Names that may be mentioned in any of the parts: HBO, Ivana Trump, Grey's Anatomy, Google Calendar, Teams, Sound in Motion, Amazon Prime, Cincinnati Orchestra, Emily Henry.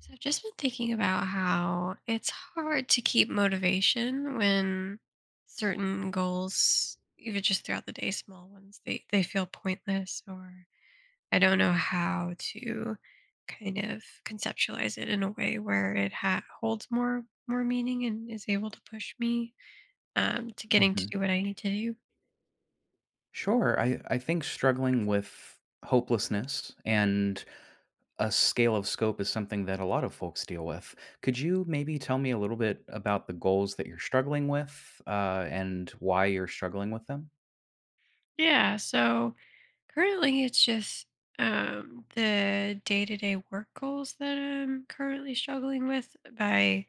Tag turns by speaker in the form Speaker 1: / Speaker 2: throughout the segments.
Speaker 1: So I've just been thinking about how it's hard to keep motivation when certain goals, even just throughout the day, small ones, they feel pointless, or I don't know how to kind of conceptualize it in a way where it holds more meaning and is able to push me to getting to
Speaker 2: Mhm.
Speaker 1: do what I need to do.
Speaker 2: Sure. I think struggling with hopelessness and a scale of scope is something that a lot of folks deal with. Could you maybe tell me a little bit about the goals that you're struggling with and why you're struggling with them?
Speaker 1: Yeah, so currently it's just the day to day work goals that I'm currently struggling with by.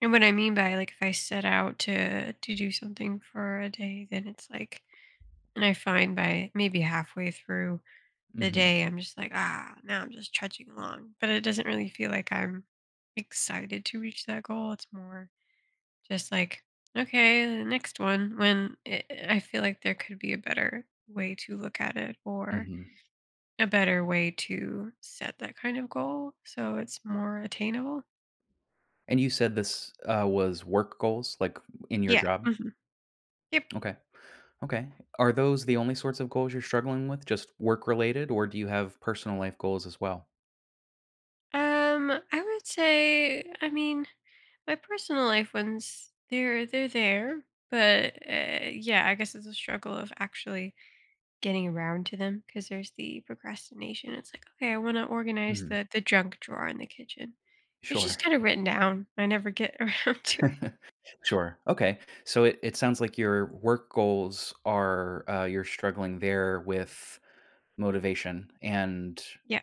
Speaker 1: And what I mean by, like, if I set out to do something for a day, then it's like, and I find by maybe halfway through the
Speaker 2: Hmm.
Speaker 1: day I'm just like, ah, now I'm just trudging along. But it doesn't really feel like I'm excited to reach that goal. It's more just like, okay, the next one when it, I feel like there could be a better way to look at it, or
Speaker 2: Hmm.
Speaker 1: a better way to set that kind of goal so it's more attainable.
Speaker 2: And you said this was work goals, like in your
Speaker 1: Yeah.
Speaker 2: job?
Speaker 1: Hmm. Yep.
Speaker 2: Okay. Okay. Are those the only sorts of goals you're struggling with, just work related, or do you have personal life goals as well?
Speaker 1: I would say, I mean, my personal life ones, they're there, but yeah, I guess it's a struggle of actually getting around to them because there's the procrastination. It's like, okay, I want to organize
Speaker 2: Mhm.
Speaker 1: the junk drawer in the kitchen. It's just
Speaker 2: Sure.
Speaker 1: kind of written down. I never get around to it.
Speaker 2: Sure. Okay. So it sounds like your work goals are, you're struggling there with motivation, and
Speaker 1: Yeah.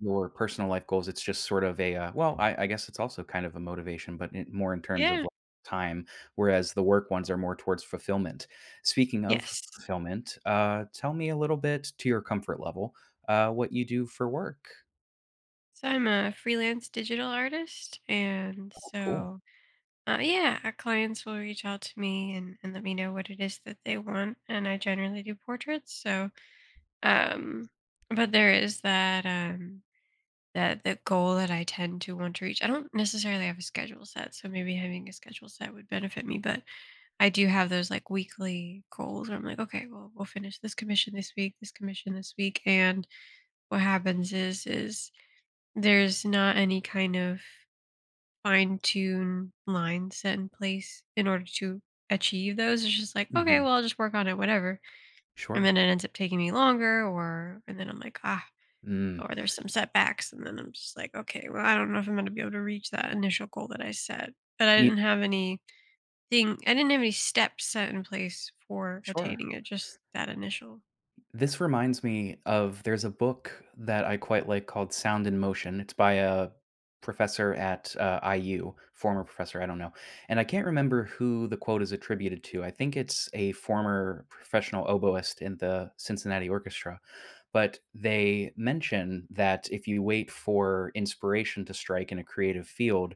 Speaker 2: your personal life goals, it's just sort of a, well, I guess it's also kind of a motivation, but more in terms of
Speaker 1: Yeah.
Speaker 2: like time, whereas the work ones are more towards fulfillment. Speaking of
Speaker 1: Yes.
Speaker 2: fulfillment, tell me a little bit to your comfort level, what you do for work.
Speaker 1: So I'm a freelance digital artist, and
Speaker 2: Oh, cool.
Speaker 1: so uh, yeah, our clients will reach out to me, and let me know what it is that they want, and I generally do portraits. So, um, but there is that that the goal that I tend to want to reach. I don't necessarily have a schedule set, so maybe having a schedule set would benefit me. But I do have those, like, weekly goals where I'm like, okay, well, we'll finish this commission this week, this commission this week, and what happens is there's not any kind of fine tune lines set in place in order to achieve those. It's just like, okay,
Speaker 2: Hmm.
Speaker 1: well, I'll just work on it, whatever. And
Speaker 2: Sure.
Speaker 1: then it ends up taking me longer, or, and then I'm like, ah,
Speaker 2: Mm.
Speaker 1: or there's some setbacks. And then I'm just like, okay, well, I don't know if I'm going to be able to reach that initial goal that I set. But I
Speaker 2: You,
Speaker 1: didn't have anything, I didn't have any steps set in place for
Speaker 2: sure.
Speaker 1: attaining it, just that initial.
Speaker 2: This reminds me of there's a book that I quite like called Sound in Motion. It's by a professor at, IU, former professor, I don't know. And I can't remember who the quote is attributed to. I think it's a former professional oboist in the Cincinnati Orchestra. But they mention that if you wait for inspiration to strike in a creative field,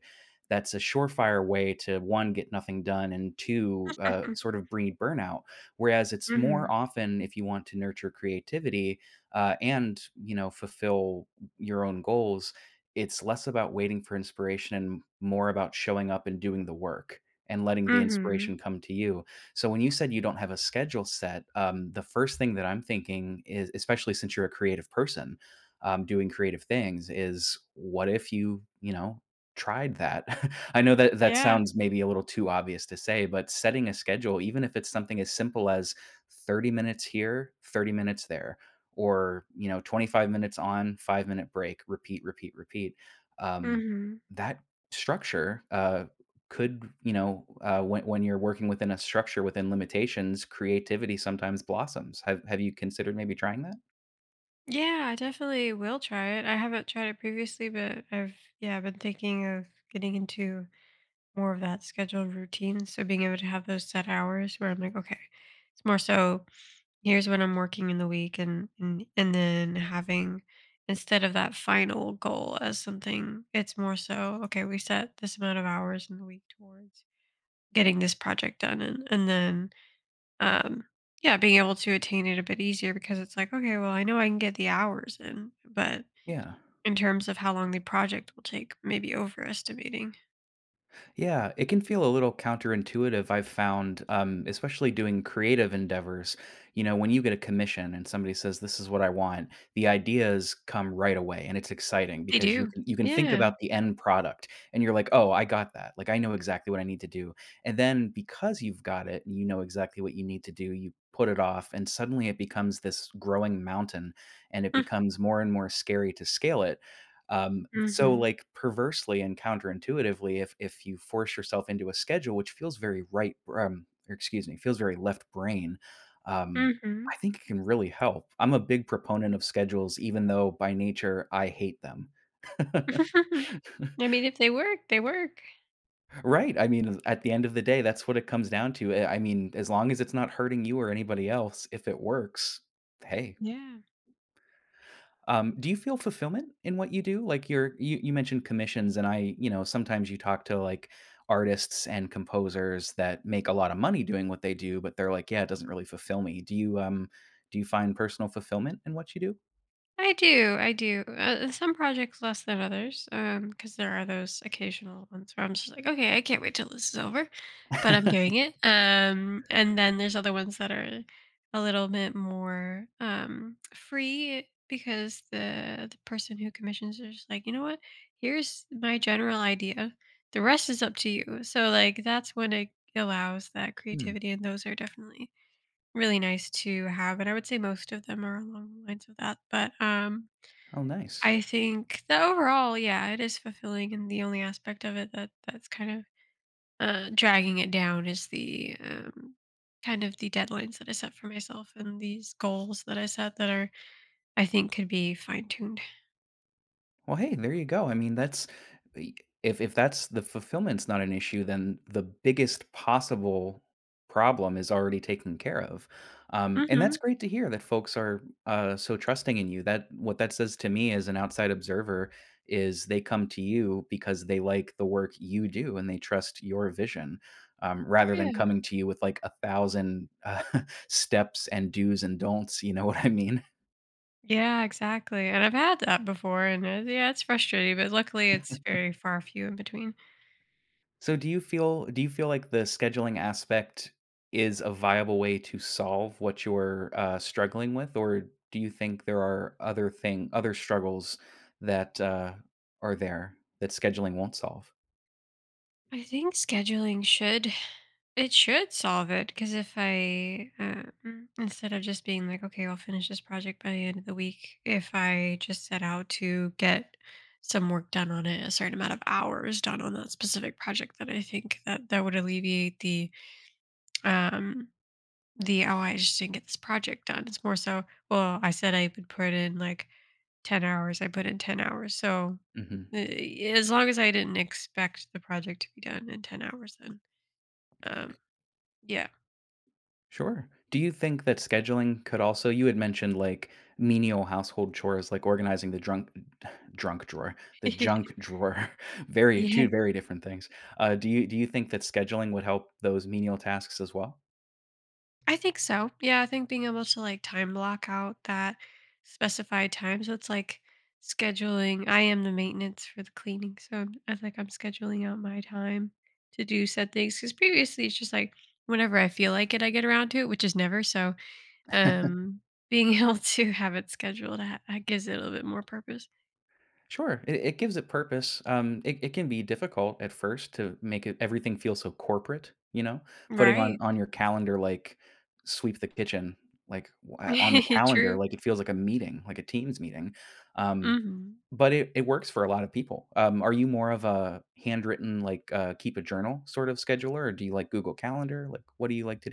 Speaker 2: that's a surefire way to, one, get nothing done, and two,
Speaker 1: Hmm.
Speaker 2: sort of breed burnout. Whereas it's more
Speaker 1: Hmm.
Speaker 2: often if you want to nurture creativity, and you know, fulfill your own goals, it's less about waiting for inspiration and more about showing up and doing the work and letting the
Speaker 1: Hmm.
Speaker 2: inspiration come to you. So when you said you don't have a schedule set, the first thing that I'm thinking is, especially since you're a creative person, doing creative things, is what if you, you know, tried that. I know that that
Speaker 1: Yeah.
Speaker 2: sounds maybe a little too obvious to say, but setting a schedule, even if it's something as simple as 30 minutes here, 30 minutes there, or, you know, 25 minutes on, 5 minute break, repeat, repeat, repeat. Um,
Speaker 1: Hmm.
Speaker 2: that structure, could, you know, when you're working within a structure within limitations, creativity sometimes blossoms. Have you considered maybe trying that?
Speaker 1: Yeah, I definitely will try it. I haven't tried it previously, but I've, yeah, I've been thinking of getting into more of that scheduled routine. So being able to have those set hours where I'm like, okay, it's more so here's when I'm working in the week, and then having, instead of that final goal as something, it's more so, okay, we set this amount of hours in the week towards getting this project done, and then um yeah, being able to attain it a bit easier because it's like, okay, well, I know I can get the hours in, but
Speaker 2: Yeah.
Speaker 1: in terms of how long the project will take, maybe overestimating.
Speaker 2: Yeah, it can feel a little counterintuitive, I've found, especially doing creative endeavors. You know, when you get a commission and somebody says, "This is what I want," the ideas come right away, and it's exciting
Speaker 1: They
Speaker 2: because
Speaker 1: do.
Speaker 2: you can think
Speaker 1: Yeah.
Speaker 2: about the end product, and you're like, "Oh, I got that! Like, I know exactly what I need to do." And then because you've got it and you know exactly what you need to do, you put it off, and suddenly it becomes this growing mountain, and it becomes more and more scary to scale it, so
Speaker 1: Mm-hmm.
Speaker 2: like perversely and counterintuitively, if you force yourself into a schedule which feels very right, or excuse me, feels very left brain, um,
Speaker 1: Mm-hmm.
Speaker 2: I think it can really help. I'm a big proponent of schedules, even though by nature I hate them.
Speaker 1: I mean, if they work, they work.
Speaker 2: Right. I mean, at the end of the day, that's what it comes down to. I mean, as long as it's not hurting you or anybody else, if it works, hey.
Speaker 1: Yeah.
Speaker 2: Do you feel fulfillment in what you do? Like you mentioned commissions, and I, you know, sometimes you talk to like artists and composers that make a lot of money doing what they do, but they're like, yeah, it doesn't really fulfill me. Do you, um, do you find personal fulfillment in what you do?
Speaker 1: I do, I do. Some projects less than others, because there are those occasional ones where I'm just like, okay, I can't wait till this is over, but I'm doing it. And then there's other ones that are a little bit more free because the person who commissions is just like, you know what? Here's my general idea. The rest is up to you. So, like, that's when it allows that
Speaker 2: Hmm.
Speaker 1: creativity, and those are definitely really nice to have, and I would say most of them are along the lines of that. But
Speaker 2: Oh, nice.
Speaker 1: I think that overall, yeah, it is fulfilling, and the only aspect of it that that's kind of dragging it down is the kind of the deadlines that I set for myself and these goals that I set that are, I think, could be fine tuned.
Speaker 2: Well, hey, there you go. I mean, that's i- if that's the fulfillment's not an issue, then the biggest possible problem is already taken care of, and that's
Speaker 1: Hmm.
Speaker 2: great to hear that folks are, so trusting in you. That what that says to me as an outside observer is they come to you because they like the work you do and they trust your vision. Rather than coming to you with like a thousand, steps and do's and don'ts, you know what I mean?
Speaker 1: Yeah, exactly. And I've had that before, and it, yeah, it's frustrating, but luckily it's very far few in between.
Speaker 2: So do you feel like the scheduling aspect is a viable way to solve what you're, struggling with, or do you think there are other struggles that, are there that scheduling won't solve?
Speaker 1: I think scheduling should, it should solve it because if I instead of just being like, okay, I'll finish this project by the end of the week, if I just set out to get some work done on it, a certain amount of hours done on that specific project, then I think that that would alleviate um the oh, I just didn't get this project done. It's more so, well, I said I would put in like 10 hours. I put in 10 hours. So
Speaker 2: Mhm.
Speaker 1: as long as I didn't expect the project to be done in 10 hours, then um, yeah.
Speaker 2: Sure. Do you think that scheduling could also, you had mentioned like menial household chores like organizing the drunk drunk drawer, the junk drawer, very
Speaker 1: Yeah,
Speaker 2: two very different things. Do you think that scheduling would help those menial tasks as well?
Speaker 1: I think so. Yeah, I think being able to, like, time block out that specified time. So it's like scheduling. I am the maintenance for the cleaning. So I'm, I like I'm scheduling out my time to do said things. Because previously it's just like whenever I feel like it, I get around to it, which is never. So um being able to have it scheduled gives it a little bit more purpose.
Speaker 2: Sure, it gives it purpose. It can be difficult at first to make it, everything feel so corporate, you know, putting
Speaker 1: Right.
Speaker 2: on your calendar like sweep the kitchen, like on the calendar,
Speaker 1: True.
Speaker 2: like it feels like a meeting, like a Teams meeting. Um,
Speaker 1: Mhm.
Speaker 2: but it works for a lot of people. Are you more of a handwritten, like, keep a journal sort of scheduler, or do you like Google Calendar? Like, what do you like to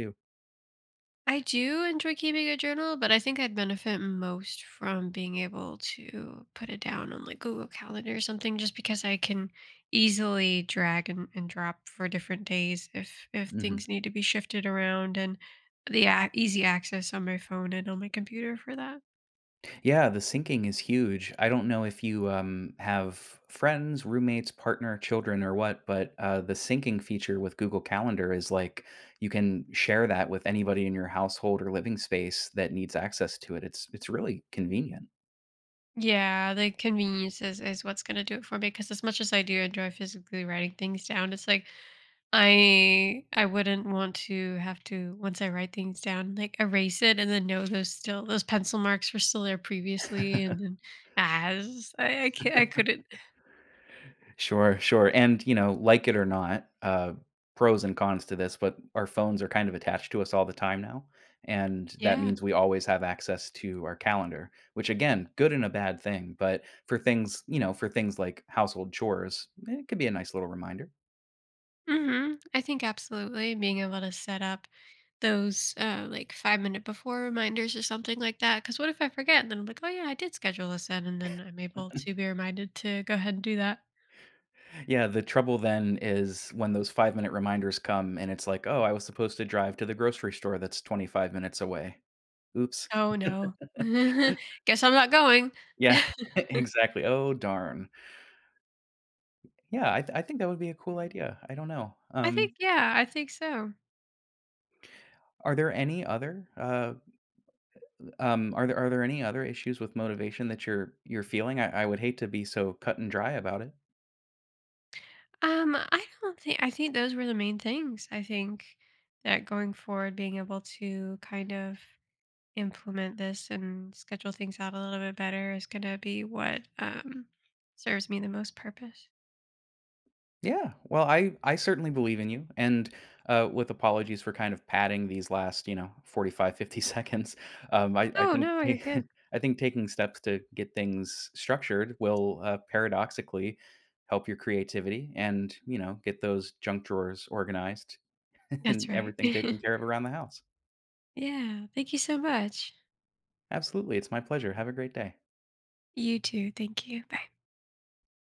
Speaker 1: I do enjoy keeping a journal, but I think I'd benefit most from being able to put it down on, like, Google Calendar or something just because I can easily drag and drop for different days if things
Speaker 2: do?
Speaker 1: need to be shifted around and the easy access on my phone and on my computer for that.
Speaker 2: Yeah, the sinking is huge. I don't know if you, have friends, roommates, partner, children, or what, but, the syncing feature with Google Calendar is like you can share that with anybody in your household or living space that needs access to it. It's really convenient.
Speaker 1: Yeah, the convenience is what's going to do it for me because as much as I do enjoy physically writing things down, it's like I wouldn't want to have to, once I write things down, like, erase it and then know those still those pencil marks were still there previously and then as I can't, I couldn't.
Speaker 2: Sure, sure. And, you know, like it or not, pros and cons to this, but our phones are kind of attached to us all the time now. And that
Speaker 1: Yeah.
Speaker 2: means we always have access to our calendar, which again, good and a bad thing. But for things, you know, for things like household chores, eh, it could be a nice little reminder.
Speaker 1: Mhm. I think absolutely being able to set up those, like, 5 minute before reminders or something like that because what if I forget? And then I'm like, "Oh, yeah, I did schedule this in," and then I'm able to be reminded to go ahead and do that.
Speaker 2: Yeah, the trouble then is when those 5 minute reminders come and it's like, oh, I was supposed to drive to the grocery store that's 25 minutes away. Oops.
Speaker 1: "Oh, no. Guess I'm not going."
Speaker 2: Yeah, exactly. Oh, darn. Yeah, I think that would be a cool idea. I don't know.
Speaker 1: I think, yeah, I think so.
Speaker 2: Are there any other, are there any other issues with motivation that you're feeling? I would hate to be so cut and dry about it.
Speaker 1: I don't think, I think those were the main things. I think that going forward, being able to kind of implement this and schedule things out a little bit better is going to be what serves me the most purpose.
Speaker 2: Yeah. Well, I certainly believe in you, and, with apologies for kind of padding these last, you know, 45-50 seconds, I
Speaker 1: Oh,
Speaker 2: think
Speaker 1: no,
Speaker 2: ta
Speaker 1: you're good.
Speaker 2: I think taking steps to get things structured will, paradoxically help your creativity and, you know, get those junk drawers organized.
Speaker 1: That's
Speaker 2: And
Speaker 1: right.
Speaker 2: everything taken care of around the house.
Speaker 1: Yeah. Thank you so much.
Speaker 2: Absolutely, it's my pleasure. Have a great day.
Speaker 1: You too. Thank you. Bye.